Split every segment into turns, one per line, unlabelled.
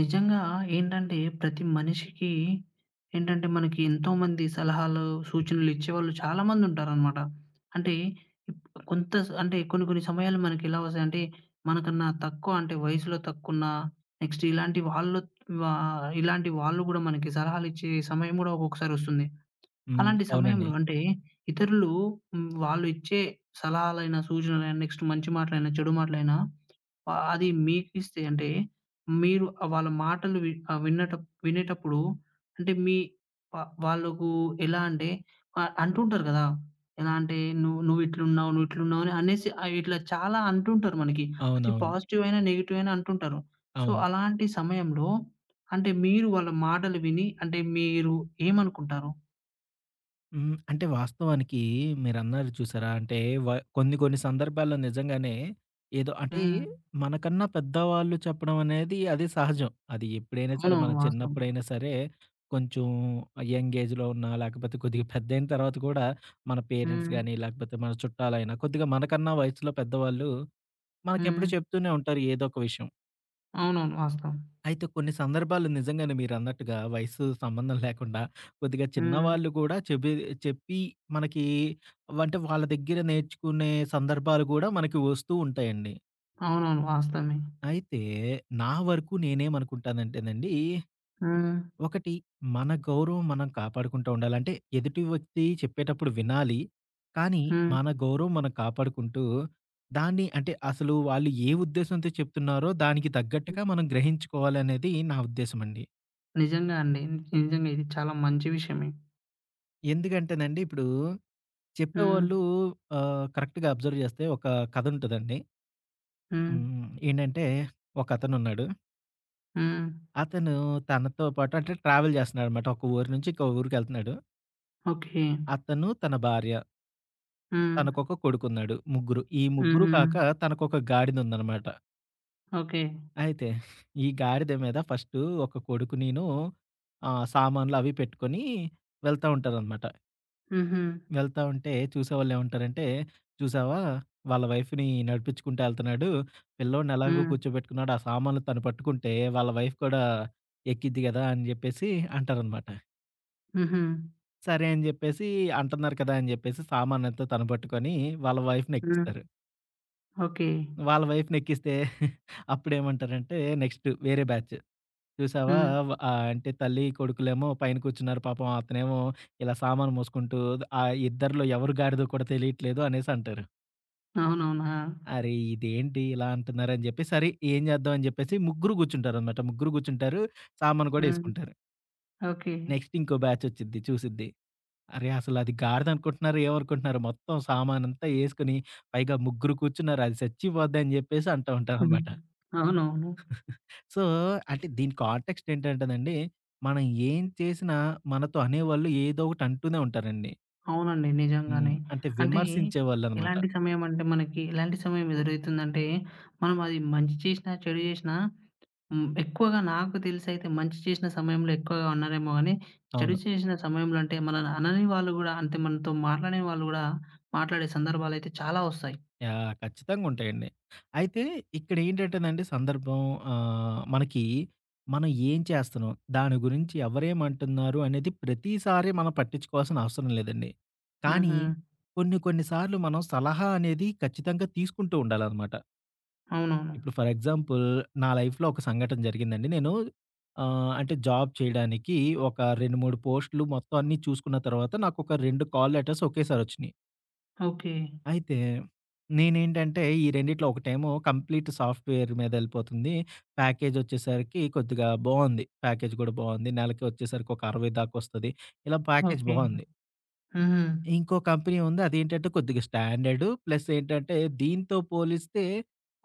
నిజంగా ఏంటంటే ప్రతి మనిషికి ఏంటంటే మనకి ఎంతో మంది సలహాలు, సూచనలు ఇచ్చేవాళ్ళు చాలా మంది ఉంటారనమాట. అంటే ఇప్ కొంత స్ అంటే కొన్ని కొన్ని సమయాలు మనకి ఎలా వస్తాయంటే మనకన్నా తక్కువ అంటే వయసులో తక్కువున్న నెక్స్ట్ ఇలాంటి వాళ్ళు వా ఇలాంటి వాళ్ళు గూడా మనకి సలహాలు ఇచ్చే సమయం గూడా ఒక్కొక్కసారి వస్తుంది.
హ్మ్.
అలాంటి
అవునండి.
సమయంలో అంటే ఇతరులు వాళ్ళు ఇచ్చే సలహాలైనా, సూచనలైనా నెక్స్ట్ మంచి మాటలైనా, చెడు మాటలైనా ఆ! అది మీకిస్తే అంటే మీరు వాళ్ళ మాటలు వి ఆహ్, విన్నట వినేటప్పుడు అంటే మీ వ వాళ్ళకు ఎలా అంటే అంటుంటారు గదా! ఎలా అంటే "నువ్వు నువ్విట్లున్నావు, నువ్విట్లున్నావు" అని అనేసి ఇట్లా చాలా అంటుంటారు మనకి. అది
అవునవును.
పాజిటివ్ అయినా, నెగెటివ్ అయినా అంటుంటారు. సో,
అవును.
అలాంటి సమయంలో అంటే మీరు వాళ్ళ మాటలు విని అంటే మీరు ఏమనుకుంటారు?
హ్మ్. అంటే వాస్తవానికి మీరన్నారు చూసారా? అంటే వ కొన్ని కొన్ని సందర్భాల్లో నిజంగానే ఏదో అంటే
హ్మ్.
మనకన్నా పెద్దవాళ్ళు చెప్పడం అనేది అది సహజం. అది ఎప్పుడైనా సరే మన
అవునవును. వాస్తవం.
చిన్నప్పుడైనా సరే కొంచెం యంగ్ ఏజ్‌లో ఉన్నా లేకపోతే కొద్దిగా పెద్దయిన తర్వాత కూడా మన పేరెంట్స్
హ్మ్.
గాని లేకపోతే మన చుట్టాలైనా కొద్దిగా మనకన్నా వయసులో పెద్దవాళ్ళు
హ్మ్.
మనకెప్పుడు చెప్తూనే ఉంటారు ఏదో ఒక విషయం.
అవునవును. వాస్తవం.
అయితే కొన్ని సందర్భాల్లో నిజంగానే మీరన్నట్టుగా వయసు సంబంధం లేకుండా కొద్దిగా
హ్మ్.
చిన్నవాళ్ళు గూడా చెప్పి మనకి అంటే వాళ్ళ దగ్గర నేర్చుకునే సందర్భాలు గూడా మనకి వస్తూ ఉంటాయండి.
అవునవును. వాస్తవమే.
అయితే నా వరకు నేనేమనుకుంటానంటేనండి,
హ్మ్.
ఒకటి మన గౌరవం మనం కాపాడుకుంటూ ఉండాలి. అంటే ఎదుటి వ్యక్తి చెప్పేటప్పుడు వినాలి. కానీ
హ్మ్.
మన గౌరవం మనం కాపాడుకుంటూ దాన్ని అంటే అసలు వాళ్ళు ఏ ఉద్దేశంతో చెప్తున్నారో దానికి
హ్మ్.
తగ్గట్టుగా మనం గ్రహించుకోవాలనేది నా ఉద్దేశమండి.
నిజంగా అండి. నిజంగా ఇది చాలా మంచి విషయమే.
ఎందుకంటేనండి ఇప్పుడు
హ్మ్.
చెప్పేవాళ్ళు కరెక్ట్‌గా అబ్జర్వ్ చేస్తే ఒక కథ ఉంటదండి.
హ్మ్.
హ్మ్. ఏంటంటే ఒకతనున్నాడు. అతను ఉన్నాడు,
హ్మ్.
అతను తనతో పాటు అంటే ట్రావెల్ చేస్తున్నాడనమాట. ఒక ఊరు నుంచి ఇంకో ఊరికెళ్తున్నాడు.
ఓకే.
అతను, తన భార్య,
హ్మ్.
తనకొక కొడుకున్నాడు. ముగ్గురు. ఈ ముగ్గురు
హుహు.
కాక తనకొక గాడిదుందనమాట.
ఓకే.
అయితే ఈ గాడిద మీద ఫస్టు ఒక కొడుకు నేను సామాన్లు అవి పెట్టుకొని వెళ్తా ఉంటారనమాట.
హుహు.
వెళ్తా ఉంటే చూసేవాళ్ళేమంటారంటే, "చూసావా వాళ్ళ వైఫ్‌ని నడిపించుకుంటూ ఎళ్తన్నాడు. పిల్లోడిని ఎలాగో
హ్మ్.
కూర్చోబెట్టుకున్నాడు. ఆ సామాన్లు తను పట్టుకుంటే వాళ్ళ వైఫ్ కూడా ఎక్కిద్ది గదా!" అని జెప్పేసి అంటారనమాట.
హుహు.
సరే అని జెప్పేసి అంటున్నారు కదా! అని జెప్పేసి సామానంతా తను పట్టుకొని వాళ్ళ
హ్మ్.
వైఫ్‌నెక్కిస్తారు.
ఓకే.
వాళ్ళ వైఫ్‌నెక్కిస్తే అప్పుడేమంటారంటే నెక్స్ట్ వేరే బ్యాచ్. చూసావా
హ్మ్.
అంటే తల్లి, కొడుకులేమో పైన కూర్చున్నారు. పాపం అతనేమో ఇలా సామాను మోసుకుంటూ ఆ ఇద్దరిలో ఎవరు గాడిదో కూడా తెలియట్లేదు అనేసి అంటారు.
అవునవును. ఆ!
అరే! ఇదేంటి ఇలా అంటున్నారని జెప్పి, సరే ఏం జేద్దాం అని జెప్పేసి ముగ్గురు గూర్చుంటారనమాట. ముగ్గురు గూర్చుంటారు. సామాను గూడా
హ్మ్.
యేసుకుంటారు.
ఓకే.
నెక్స్ట్ ఇంకో బ్యాచ్ వచ్చిద్ది చూసిద్ది. అరే! అసలది గాడిదనుకుంటున్నారో ఏమనుకుంటున్నారో మొత్తం సామానంతా యేసుకొని, పైగా ముగ్గురు కూర్చున్నారు అది సచ్చిపోద్ది అని జెప్పేసి అంటా
హ్మ్.
ఉంటారనమాట.
అవునవును.
సో, అంటే దీని కాంటెక్స్ట్ ఏంటంటేనండి, మనం ఏం చేసినా మనతో అనేవాళ్ళు ఏదో ఒకటి అంటూనే ఉంటారండి.
అవునండి. నిజంగానే.
హ్మ్. అంటే
అంటే
విమర్శించేవాళ్ళనమాట.
ఎలాంటి సమయం అంటే మనకి ఎలాంటి సమయం ఎదురైతుందంటే, మనం అది మంచి చేసినా, చెడు చేసినా హ్మ్. ఎక్కువగా నాకు తెలిసైతే మంచి చేసిన సమయంలో ఎక్కువగా ఉన్నారేమో గానీ, చెడు
అవును.
చేసిన సమయంలో అంటే మనల్ని అనని వాళ్ళు గూడా అంటే మనతో మాట్లాడని వాళ్ళు గూడా మాట్లాడే సందర్భాలైతే చాలా ఒస్తాయి.
యాహ్! ఖచ్చితంగా ఉంటాయండి. అయితే ఇక్కడేంటంటేనండి సందర్భం మనకి మనం ఏం చేస్తున్నాం? దాని గురించి ఎవరేమంటున్నారు అనేది ప్రతిసారి మనం పట్టించుకోవాల్సిన అవసరం లేదండి. కానీ
హుహు.
కొన్ని కొన్ని సార్లు మనం సలహా అనేది ఖచ్చితంగా తీసుకుంటూ ఉండాలనమాట.
అవునవును.
ఇప్పుడు ఫర్ ఎగ్జాంపుల్ నా లైఫ్‌లో ఒక సంఘటన జరిగిందండి. నేను అంటే జాబ్ చేయడానికి ఒక 2, 3 పోస్టులు మొత్తం అన్నీ చూసుకున్న తర్వాత నాకొక 2 కాల్ లెటర్స్ ఒకేసారి వచ్చినియి.
ఓకే.
అయితే, నేనేంటంటే, ఈ రెండిట్లో ఒకటేమో కంప్లీట్ సాఫ్ట్‌వేర్ మీదెళ్ళిపోతుంది. ప్యాకేజొచ్చేసరికి కొద్దిగా బావుంది. ప్యాకేజ్ గూడా బావుంది. నెలకి వచ్చేసరికి ఒక 60 దాకొస్తది. ఇలా ప్యాకేజ్
ఓకే.
బావుంది.
హుహు.
ఇంకో కంపెనీ ఉంది. అదేంటంటే కొద్దిగా స్టాండర్డ్ ప్లస్ ఏంటంటే దీంతో పోలిస్తే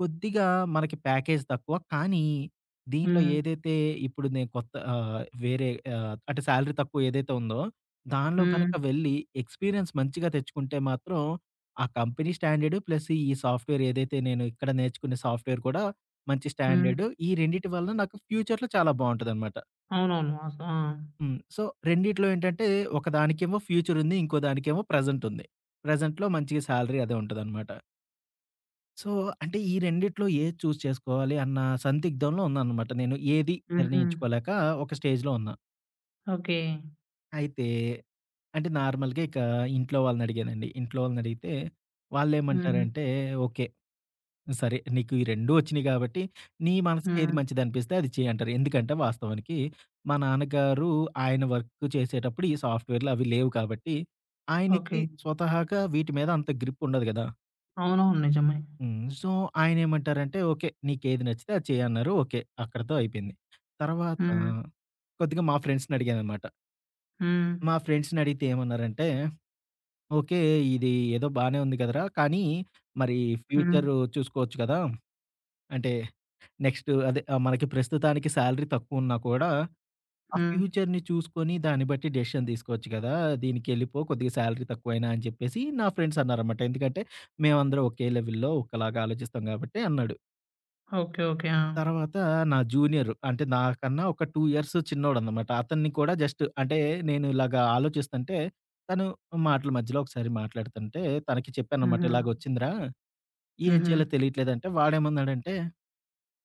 కొద్దిగా మనకి ప్యాకేజ్ తక్కువ. కానీ దీనిలో
హ్మ్.
ఏదైతే ఇప్పుడు నేను కొత్త వేరే అంటే సాలరీ తక్కువ ఏదైతే ఉందో అవును. దానిలో
హ్మ్.
గనక వెళ్ళి ఎక్స్‌పీరియన్స్ మంచిగా తెచ్చుకుంటే మాత్రం ఆ కంపెనీ స్టాండర్డ్ ప్లస్ ఈ సాఫ్ట్‌వేర్ ఏదైతే నేను ఇక్కడ నేర్చుకునే సాఫ్ట్‌వేర్ కూడా మంచి
హ్మ్.
స్టాండర్డ్. ఈ రెండిటి వల్ల నాకు ఫ్యూచర్‌లో చాలా బావుంటదనమాట.
అవునవును. ఆ!
హ్మ్. సో, రెండిట్లో ఏంటంటే ఒకదానికేమో ఫ్యూచర్ ఉంది. ఇంకో దానికేమో ప్రెజెంట్ ఉంది. ప్రెజెంట్‌లో మంచిగా సాలరీ అదే ఉంటదనమాట. సో, అంటే ఈ రెండిట్లో ఏది చూజ్ చేసుకోవాలి అన్న సందిగ్ధంలో ఉన్నాననమాట. నేను ఏది
హుహు.
నిర్ణయించుకోలేక ఒక స్టేజ్‌లో ఉన్నా.
ఓకే.
అయితే అంటే నార్మల్‌గా ఇక ఇంట్లో వాళ్ళని అడిగానండి. ఇంట్లో వాళ్ళని అడిగితే
హ్మ్.
వాళ్ళేమంటారంటే ఓకే. సరే. నీకు ఈ రెండూ ఒచ్చినియి గాబట్టి, నీ మనసుకేది
హ్మ్.
మంచిదనిపిస్తే అది చెయి అంటారు. ఎందుకంటే వాస్తవానికి మా నాన్నగారు ఆయన వర్క్ చేసేటప్పుడు ఈ సాఫ్ట్‌వేర్‌లు అవి లేవు కాబట్టి, ఆయనకి
ఓకే.
స్వతహాగా వీటి మీద అంత గ్రిప్ ఉండదు గదా!
అవునవును. నిజమే.
హ్మ్. సో, ఆయనేమంటారంటే, "ఓకే. నీకేది నచ్చితే అది చెయి" అన్నారు. ఓకే. అక్కడితో అయిపోయింది. తర్వాత
హ్మ్.
కొద్దిగా మా ఫ్రెండ్స్‌నడిగాననమాట.
హ్మ్.
మా ఫ్రెండ్స్‌నడిగితే ఏమన్నారంటే, "ఓకే. ఇది ఏదో బానే ఉంది కదరా! కానీ మరి
హ్మ్.
ఫ్యూచరు చూసుకోవచ్చు కదా!" అంటే నెక్స్ట్ అదే మనకి ప్రస్తుతానికి సాలరీ తక్కువున్నా కూడా, ఆ
హ్మ్.
ఫ్యూచర్‌ని చూసుకొని దాన్ని బట్టి డెసిషన్ తీసుకోవచ్చు కదా! దీనికెళ్ళిపో కొద్దిగా సాలరీ తక్కువైనా అని చెప్పేసి నా ఫ్రెండ్స్ అన్నారనమాట. ఎందుకంటే, మేమందరం ఒకే లెవెల్‌లో ఒకలాగా ఆలోచిస్తాం కాబట్టి అన్నాడు.
ఓకే. ఓకే. ఆ!
తర్వాత నా జూనియర్ అంటే నాకన్నా ఒక 2 ఇయర్స్ చిన్నోడనమాట. అతన్ని కూడా జస్ట్ అంటే నేను ఇలాగ ఆలోచిస్తుంటే, తను మాటల మధ్యలో ఒకసారి మాట్లాడుతుంటే, తనకి చెప్పాననమాట.
హుహు.
"ఇలాగ వచ్చిందిరా, ఏం
హుహు.
చేయాలో తెలియట్లేదు" అంటే వాడేమన్నాడంటే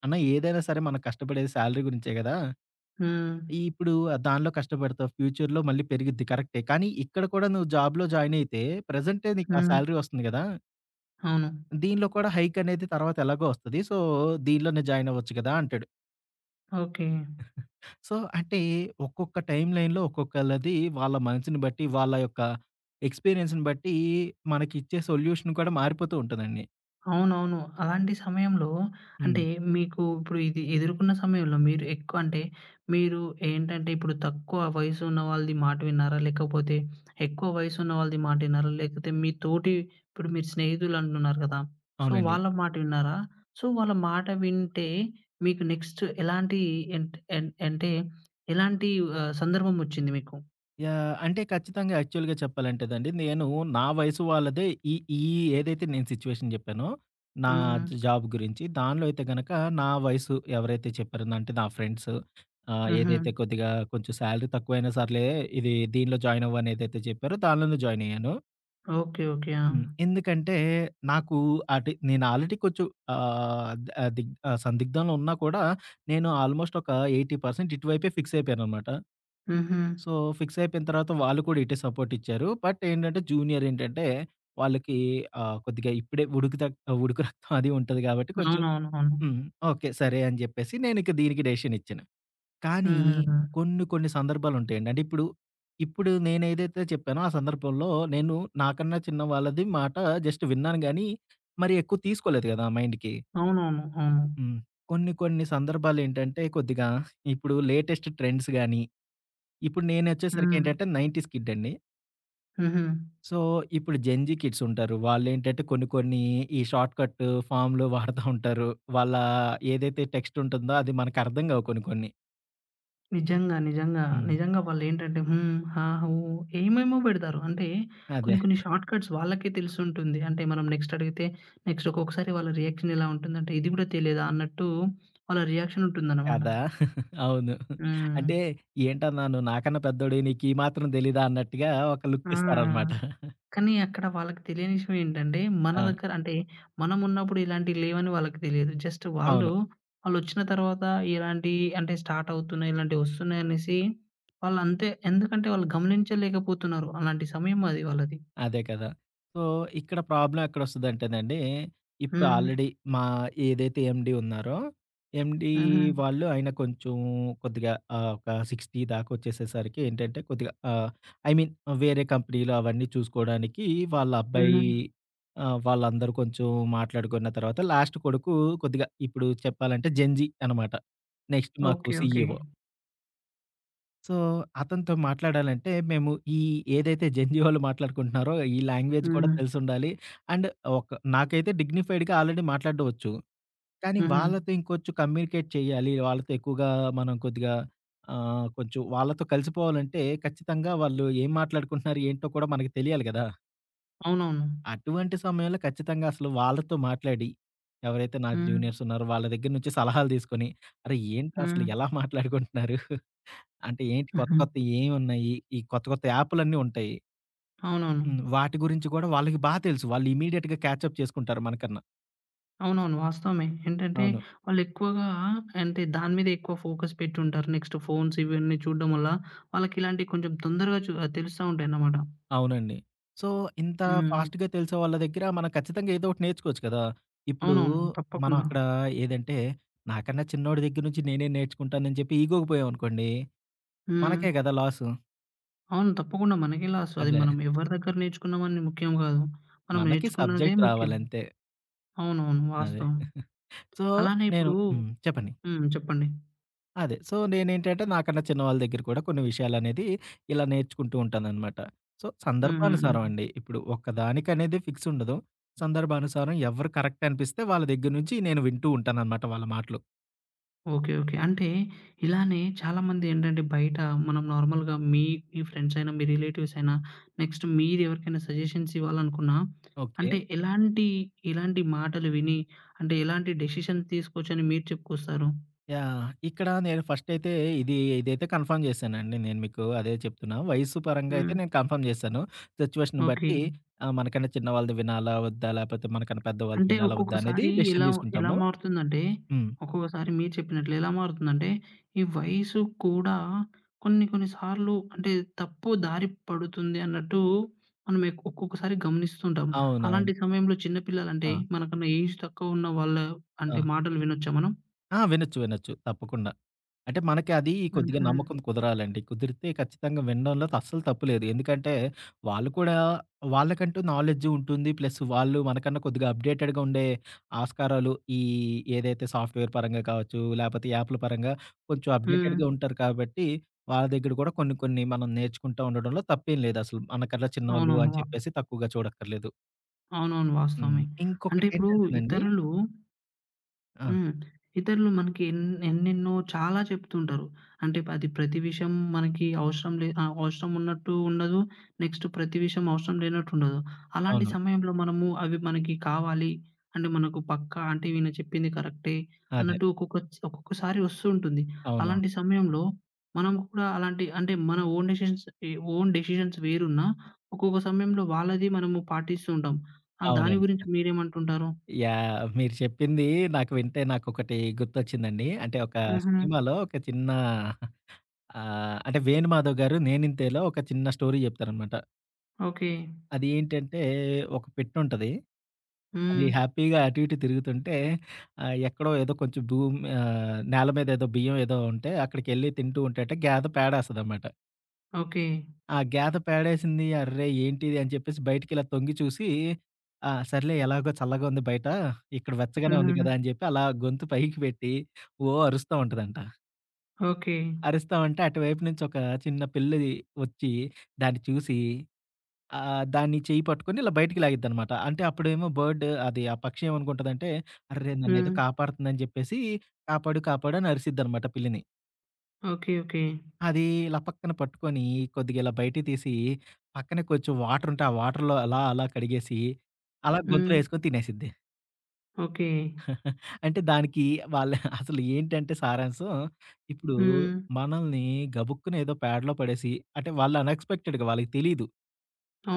అన్న ఏదైనా సరే మనం కష్టపడేది సాలరీ గురించే గదా!
హ్మ్.
ఇప్పుడు దానిలో కష్టపడతావు. ఫ్యూచర్‌లో మళ్ళీ పెరిగిద్ది కరెక్టే. కానీ ఇక్కడ కూడా నువ్వు జాబ్‌లో జాయిన్ అయితే ప్రెజెంటే నీకు ఆ
హ్మ్.
సాలరీ వస్తుంది గదా!
అవును.
దీనిలో కూడా హైక్ అనేది తర్వాత ఎలాగో వస్తది. సో, దీనిలోనే జాయిన్ అవ్వచ్చు గదా! అంటాడు.
ఓకే.
సో, అంటే ఒక్కొక్క టైమ్ లైన్‌లో ఒక్కొక్కళ్ళది వాళ్ళ మనసుని బట్టి వాళ్ళ యొక్క ఎక్స్‌పీరియన్స్‌ని బట్టి మనకిచ్చే సొల్యూషన్ కూడా మారిపోతూ ఉంటదండి.
అవునవును. అలాంటి సమయంలో
హ్మ్.
అంటే మీకు ఇప్పుడు ఇది ఎదుర్కొన్న సమయంలో మీరు ఎక్కువ అంటే మీరు ఏంటంటే ఇప్పుడు తక్కువ వయసు ఉన్న వాళ్ళది మాట విన్నారా? లేకపోతే ఎక్కువ వయసు ఉన్న వాళ్ళది మాట విన్నారా? లేకపోతే మీ తోటి ఇప్పుడు మీరు స్నేహితులు అంటున్నారు కదా! సో
అవునండి.
వాళ్ళ మాట విన్నారా? సో వాళ్ళ మాట వింటే మీకు నెక్స్ట్ ఎలాంటి ఎంట్ ఎన్ అంటే ఎలాంటి సందర్భం వచ్చింది మీకు?
యాహ్! అంటే ఖచ్చితంగా యాక్చువల్‌గా చెప్పాలంటేదండి, నేను నా వయసు వాళ్ళదే ఈ ఈ ఏదైతే నేను సిట్యుయేషన్ జెప్పానో, నా
హ్మ్.
జాబ్ గురించి దానిలో అయితే గనక నా వయసు ఎవరైతే చెప్పారో అంటే నా ఫ్రెండ్స్
హుహు.
ఏదైతే కొద్దిగా కొంచెం సాలరీ తక్కువైనా సర్లే ఇది దీనిలో జాయిన్ అవ్వు అని ఏదైతే చెప్పారో దానిలోనే జాయిన్ అయ్యాను.
ఓకే. ఓకే. ఆ!
హ్మ్. ఎందుకంటే నాకు అటు నేను ఆల్రెడీ కొంచెం ఆహ్, ద ఆ, దిగ్ ఆ, సందిగ్ధంలో ఉన్నా కూడా నేను ఆల్మోస్ట్ ఒక 80% ఇటువైపే ఫిక్స్ అయిపోయాననమాట.
హుహు.
సో, ఫిక్స్ అయిపోయిన తర్వాత వాళ్ళు కూడా ఇటే సపోర్ట్ ఇచ్చారు. బట్ ఏంటంటే జూనియర్ ఏంటంటే వాళ్ళకి కొద్దిగా ఇప్పుడే ఉడుకు రక్తం అది ఉంటది కాబట్టి కొంచెం
అవునవునవును.
హ్మ్. ఓకే. సరే అని జెప్పేసి నేనిక దీనికి డెసిషన్ ఇచ్చాను. కానీ
హుహుహు.
కొన్ని కొన్ని సందర్భాలుంటాయండి. అంటే ఇప్పుడు, ఇప్పుడు నేనేదైతే చెప్పానో ఆ సందర్భంలో నేను నాకన్నా చిన్న వాళ్ళది మాట జస్ట్ విన్నాను గానీ, మరి ఎక్కువ తీసుకోలేదు గదా! మైండ్‌కి.
అవునవును. అవును.
హ్మ్. కొన్ని కొన్ని సందర్భాలేంటంటే కొద్దిగా ఇప్పుడు లేటెస్ట్ ట్రెండ్స్ గాని, ఇప్పుడు నేనొచ్చేసరికి
హ్మ్.
ఏంటంటే 90స్ కిడ్ అండి.
హుహు.
సో, ఇప్పుడు జెన్‌జీ కిడ్స్ ఉంటారు. వాళ్ళేంటంటే కొన్ని కొన్ని ఈ షార్ట్ కట్ ఫార్మ్‌లు వాడుతా ఉంటారు. వాళ్ళ ఏదైతే టెక్స్ట్ ఉంటుందో అది మనకర్థం కావు కొన్ని కొన్ని.
నిజంగా. నిజంగా.
హ్మ్.
నిజంగా వాళ్ళేంటంటే హ్మ్, హా, హూ ఏమేమో పెడతారు. అంటే
అదే.
కొన్ని కొన్ని షార్ట్ కట్స్ వాళ్ళకే తెలిసుంటుంది. అంటే మనం నెక్స్ట్ అడిగితే నెక్స్ట్ ఒక్కొక్కసారి వాళ్ళ రియాక్షన్ ఎలా ఉంటుందంటే, ఇది గూడా తెలీదా అన్నట్టు వాళ్ళ రియాక్షన్ ఉంటుందన్నమాట.
కదా! అవును.
హ్మ్.
అంటే ఏంటన్నా నువ్వు నాకన్నా పెద్దోడివి నీకు ఈ మాత్రం తెలీదా అన్నట్టుగా ఒక లుక్
ఆ!
ఇస్తారనమాట.
కానీ అక్కడ వాళ్ళకి తెలియని విషయం ఏంటంటే, మన
ఆ!
దగ్గర అంటే మనమున్నప్పుడు ఇలాంటివి లేవని వాళ్ళకి తెలియదు. జస్ట్ వాళ్ళు,
అవును.
వాళ్ళొచ్చిన తర్వాత ఇలాంటి అంటే స్టార్ట్ అవుతున్నాయి, ఇలాంటివి వస్తున్నాయనేసి వాళ్ళంతే. ఎందుకంటే వాళ్ళు గమనించలేకపోతున్నారు. అలాంటి సమయం అది వాళ్ళది.
అదే కదా! సో, ఇక్కడ ప్రాబ్లమ్ ఎక్కడొస్తదంటేనండి, ఇప్పుడు
హ్మ్.
ఆల్రెడీ మా ఏదైతే ఎండీ ఉన్నారో, ఎండీ
హుహు.
వాళ్ళు ఆయన కొంచెం కొద్దిగా ఒక 60 దాకొచ్చేసేసరికి ఏంటంటే, కొద్దిగా ఐ మీన్ వేరే కంపెనీలు అవన్నీ చూసుకోడానికి వాళ్ళ అబ్బాయి
హుహు.
వాళ్ళందరూ కొంచెం మాట్లాడుకున్న తర్వాత లాస్ట్ కొడుకు కొద్దిగా ఇప్పుడు చెప్పాలంటే జెన్‌జీ అనమాట. నెక్స్ట్ మాకు
ఓకే. ఓకే.
సీఈఓ. సో, అతనితో మాట్లాడాలంటే మేము ఈ ఏదైతే జెన్‌జీ వాళ్ళు మాట్లాడుకుంటున్నారో ఈ లాంగ్వేజ్ కూడా
హ్మ్.
తెలిసుండాలి. అండ్ ఒక నాకైతే డిగ్నిఫైడ్‌గా ఆల్రెడీ మాట్లాడడం వచ్చు. కానీ
హుహు.
వాళ్ళతో ఇంకొంచెం కమ్యూనికేట్ చేయాలి. వాళ్ళతో ఎక్కువగా మనం కొద్దిగా కొంచెం వాళ్ళతో కలిసిపోవాలంటే ఖచ్చితంగా వాళ్ళు ఏం మాట్లాడుకుంటున్నారు? ఏంటో కూడా మనకు తెలియాలి గదా!
అవునవును.
అటువంటి సమయంలో ఖచ్చితంగా అసలు వాళ్ళతో మాట్లాడి, ఎవరైతే నా
హ్మ్.
జూనియర్స్ ఉన్నారో వాళ్ళ దగ్గర నుంచి సలహాలు తీసుకొని, "అరె! ఏంట్రా అసలు
హ్మ్.
ఎలా మాట్లాడుకుంటున్నారు?" అంటే ఏంటి కొత్త
హుహు.
కొత్తయి ఏమున్నాయి? ఈ కొత్త కొత్త యాపులన్నీ ఉంటాయి.
అవునవును.
హ్మ్. వాటి గురించి కూడా వాళ్ళకి తెలుసు. వాళ్ళు ఇమ్మీడియేట్‌గా క్యాచ్ అప్ చేసుకుంటారు మనకన్నా.
అవునవును. వాస్తవమే. ఏంటంటే
అవును.
వాళ్ళెక్కువగా అంటే దాని మీద ఎక్కువ ఫోకస్ పెట్టుంటారు. నెక్స్ట్ ఫోన్స్ ఇవన్నీ చూడడం వల్ల వాళ్ళకిలాంటివి కొంచెం తొందరగా తెలుస్తా ఉంటాయన్నమాట.
అవునండి. సో, ఇంత
హ్మ్.
ఫాస్ట్‌గా తెలిసే వాళ్ళ దగ్గర మనం ఖచ్చితంగా ఏదో ఒకటి నేర్చుకోవచ్చు కదా! ఇప్పుడు
అవునవును.
మనం
తప్పకుండా.
అక్కడ ఏదంటే, నాకన్నా చిన్నోడి దగ్గర నుంచి నేనే నేర్చుకుంటానని చెప్పి ఈగోకి పోయామనుకోండి,
హ్మ్.
మనకే కదా లాసు.
అవును. తప్పకుండా మనకెలా అసలు అది
అదే.
మనం ఎవరి దగ్గర నేర్చుకున్నామని ముఖ్యం గాదు. మనం
మనకి
నేర్చుకున్నదే
సబ్జెక్ట్
ముఖ్యం.
రావాలంతే.
అవునవును.
అదే.
వాస్తవం.
సో,
అలానే ఇప్పుడు
హ్మ్. చెప్పండి.
హ్మ్. చెప్పండి.
అదే. సో, నేనేంటంటే నాకన్నా చిన్నవాళ్ళ దగ్గర కూడా కొన్ని విషయాలనేది ఇలా నేర్చుకుంటూ ఉంటాననమాట. సో,
హ్మ్. హ్మ్. హ్మ్.
సందర్భానుసారం అండి. ఇప్పుడు ఒక్కదానికనేది ఫిక్స్ ఉండదు. సందర్భానుసారం ఎవరు కరెక్ట్ అనిపిస్తే వాళ్ళ దగ్గర నుంచి నేను వింటూ ఉంటాననమాట వాళ్ళ మాటలు.
ఓకే. ఓకే. అంటే ఇలానే చాలామంది ఏంటంటే బయట మనం నార్మల్‌గా మీ మీ ఫ్రెండ్స్ అయినా, మీ రిలేటివ్స్ అయినా, నెక్స్ట్ మీరెవరికైనా సజెషన్స్ ఇవ్వాలనుకున్నా,
ఓకే.
అంటే ఎలాంటి, ఎలాంటి మాటలు విని, అంటే ఎలాంటి డెసిషన్ తీసుకోవచ్చని మీరు చెప్పుకొస్తారు?
యాహ్! ఇక్కడ నేను ఫస్టయితే ఇది ఇదైతే కన్ఫర్మ్ చేశానండి. నేను మీకు అదే చెప్తున్నా. వయస్సు పరంగా అయితే
హ్మ్.
నేను కన్ఫర్మ్ చేశాను. సిచ్యువేషన్‌ని
ఓకే.
బట్టి మనకన్నా చిన్న వాళ్ళది వినాలా? వద్దా? లేకపోతే మనకన్నా పెద్దవాళ్ళది
అంటే
వినాలా? వద్దా? అనేది
ఒక్కొక్కసారి
డెసిషన్
ఎలా ఎలా
తీసుకుంటాము.
మారుతుందంటే,
హ్మ్.
ఒక్కొక్కసారి మీరు చెప్పినట్లు ఎలా మారుతుందంటే, ఈ వయసు కూడా కొన్ని కొన్ని సార్లు అంటే తప్పు దారి పడుతుంది అన్నట్టు మనం ఒక్కొక్కసారి గమనిస్తుంటాం.
అవునవును.
అలాంటి సమయంలో చిన్న
ఆ!
పిల్లలంటే మనకన్నా ఏజ్ తక్కువ ఉన్న వాళ్ళ
ఆ!
అంటే మాటలు వినొచ్చా మనం?
ఆ! వినొచ్చు. వినొచ్చు. తప్పకుండా. అంటే మనకి అది కొద్దిగా
హుహు.
నమ్మకం కుదరాలండి. కుదిరితే ఖచ్చితంగా వినడంలో అస్సలు తప్పు లేదు. ఎందుకంటే వాళ్ళు కూడా వాళ్ళకంటూ నాలెడ్జ్ ఉంటుంది. ప్లస్ వాళ్ళు మనకన్నా కొద్దిగా అప్‌డేటెడ్‌గా ఉండే ఆస్కారాలు ఈ ఏదైతే సాఫ్ట్‌వేర్ పరంగా కావచ్చు, లేపోతే యాప్‌ల పరంగా కొంచెం
హ్మ్.
అప్‌డేటెడ్‌గా ఉంటారు కాబట్టి వాళ్ళ దగ్గర కూడా కొన్ని కొన్ని మనం నేర్చుకుంటా ఉండడంలో తప్పేం లేదు అసలు. మనకన్నా చిన్నోళ్ళు
అవునవును.
అని చెప్పేసి తక్కువగా చూడక్కర్లేదు.
అవునవును. వాస్తవమే.
హ్మ్.
అంటే ఇప్పుడు
ఇంకొకటేంటంటేనండి
ఇతరులు
ఆ!
హ్మ్. ఇతరులు మనకి ఎన్నెన్నో చాలా చెప్తుంటారు. అంటే అది ప్రతి విషయం మనకి అవసరం ఉన్నట్టు ఉండదు. నెక్స్ట్ ప్రతి విషయం అవసరం లేనట్టు ఉండదు. అలాంటి
అవును.
సమయంలో మనము అవి మనకి కావాలి అంటే మనకు పక్కా అంటే ఈయన చెప్పింది కరెక్టే
అదే.
అన్నట్టు ఒక్కొక్క ఒక్కొక్కసారి వస్తూ ఉంటుంది.
అవునవును.
అలాంటి సమయంలో మనం కూడా అలాంటి అంటే మన ఓన్ డెసిషన్స్ ఓన్ డెసిషన్స్ వేరున్నా ఒక్కొక్క సమయంలో వాళ్ళది మనము పాటిస్తూ ఉంటాం. దాని
అవునండి.
గురించి మీరేమంటుంటారు?
యాహ్! మీరు చెప్పింది నాకు వింటే నాకొకటి గుర్తొచ్చిందండి. అంటే ఒక హ్మ్.
హుహు.
సినిమాలో ఒక చిన్న అంటే వేణుమాధవ్ గారు 'నేనింతే'లో ఒక చిన్న స్టోరీ చెప్తారనమాట.
ఓకే.
అది ఏంటంటే ఒక పెట్టుంటది. అది
హ్మ్.
హ్యాపీగా అటు ఇటు తిరుగుతుంటే ఎక్కడో ఏదో కొంచెం నేల మీద ఏదో బియ్యం ఏదో ఉంటే అక్కడికెళ్ళి తింటూ ఉంటేట గేద పేడేస్తదనమాట.
ఓకే.
ఆ! గేద పేడేసింది. అర్రె! ఏంటిది అని చెప్పేసి బయటికిలా తొంగి చూసి, ఆ! సర్లే ఎలాగో చల్లగా ఉంది బయట. ఇక్కడ వెచ్చగానే ఉంది
హుహు.
కదా! అని చెప్పి అలా గొంతు పైకి పెట్టి ఓ అరుస్తా ఉంటదంట.
ఓకే.
అరుస్తా ఉంటే అటువైపు నుంచి ఒక చిన్న పిల్లి వచ్చి దాన్ని చూసి దాన్ని చెయ్యి పట్టుకొని ఇలా బయటికి లాగిద్దనమాట. అంటే అప్పుడేమో బర్డ్ అది ఆ పక్షి ఏమనుకుంటదంటే, అర్రె! నన్నేదో
హ్మ్.
కాపాడుతుందని చెప్పేసి కాపాడు, కాపాడు అని అరిసిద్దనమాట పిల్లిని.
ఓకే. ఓకే.
అది ఇలా పక్కన పట్టుకొని, కొద్దిగా ఇలా బయటికి తీసి, పక్కనే కొంచెం వాటరుంటే, ఆ వాటర్‌లో అలా, అలా కడిగేసి, అలా గొంతులో
హ్మ్.
ఏసుకొని తినేసిద్ది.
ఓకే.
అంటే దానికి వాళ్ళ అసలు ఏంటంటే సారాంశం, ఇప్పుడు
హ్మ్.
మనల్ని గబుక్కున ఏదో పేడలో పడేసి అంటే వాళ్ళు అన్‌ఎక్స్‌పెక్టెడ్‌గా వాళ్ళకి తెలీదు.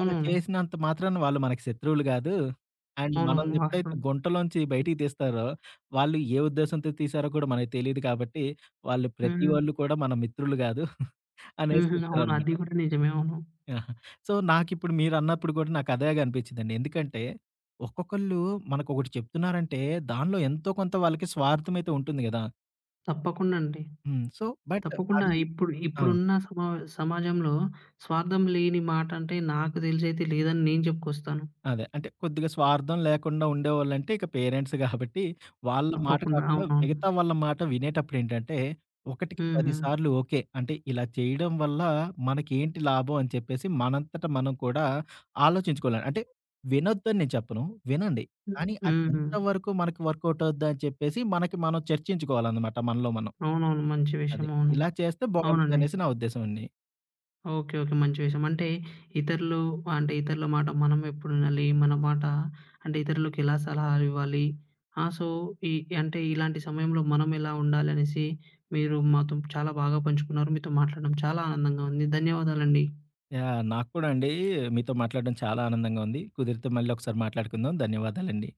అలా చేసినంత మాత్రాన వాళ్ళు మనకి శత్రువులు గాదు. అండ్ మనల్ని
అవునవును.
ఎప్పుడైతే
వాస్తవం.
గుంటలోంచి బయటికి తీస్తారో, వాళ్ళు ఏ ఉద్దేశంతో తీశారో కూడా మనకు తెలీదు కాబట్టి, వాళ్ళు ప్రతి
హ్మ్.
వాళ్ళు కూడా మన మిత్రులు గాదు అనేసి
హుహు. అవును.
చెప్తారనమాట.
అది కూడా నిజమే. అవును.
ఆహా! సో, నాకిప్పుడు మీరన్నప్పుడు కూడా నాకదేగా అనిపిచ్చిందండి. ఎందుకంటే, ఒక్కొక్కళ్ళు మనకొకటి చెప్తున్నారంటే, దానిలో ఎంతో కొంత వాళ్ళకి స్వార్థమైతే ఉంటుంది గదా!
తప్పకుండా అండి.
హ్మ్. సో, బట్
తప్పకుండా
అది
ఇప్పుడు
ఆ!
ఇప్పుడున్న సమాజంలో స్వార్థం లేని మాట అంటే నాకు తెలిసైతే లేదని నేను చెప్పుకొస్తాను.
అదే. అంటే కొద్దిగా స్వార్థం లేకుండా ఉండేవాళ్ళంటే ఇక పేరెంట్స్ గాబట్టి, వాళ్ళ మాట హ్మ్.
తప్పకుండా.
కాకుండా
అవునవును.
మిగతా వాళ్ళ మాట వినేటప్పుడేంటంటే, ఒకటికి 10
హుహు.
సార్లు ఓకే. అంటే ఇలా చేయడం వల్ల మనకేంటి లాభం అని చెప్పేసి మనంతట మనం కూడా ఆలోచించుకోవాలి. అంటే వినొద్దని నేను చెప్పను. వినండి. కానీ అది
హ్మ్.
ఎంతవరకు మనకి వర్కౌట్ అవుద్దని చెప్పేసి మనకి మనం చర్చించుకోవాలనమాట మనలో మనం.
అవునవును. మంచి
అది.
విషయం. అవును.
ఇలా చేస్తే
అవునండి.
బావుంటదనేసి నా ఉద్దేశం అండి.
ఓకే. ఓకే. మంచి విషయం. అంటే ఇతరులు అంటే ఇతరుల మాట మనం ఎప్పుడు వినాలి? మన మాట అంటే ఇతరులకు ఎలా సలహాలు ఇవ్వాలి? ఆ! సో, ఈ అంటే ఇలాంటి సమయంలో మనం ఎలా ఉండాలనేసి మీరు మాతో చాలా బాగా పంచుకున్నారు. మీతో మాట్లాడడం చాలా ఆనందంగా ఉంది. ధన్యవాదాలండి.
యాహ్! నాకు కూడా అండి మీతో మాట్లాడడం చాలా ఆనందంగా ఉంది. కుదిరితే మళ్ళీ ఒకసారి మాట్లాడుకుందాం. ధన్యవాదాలండి.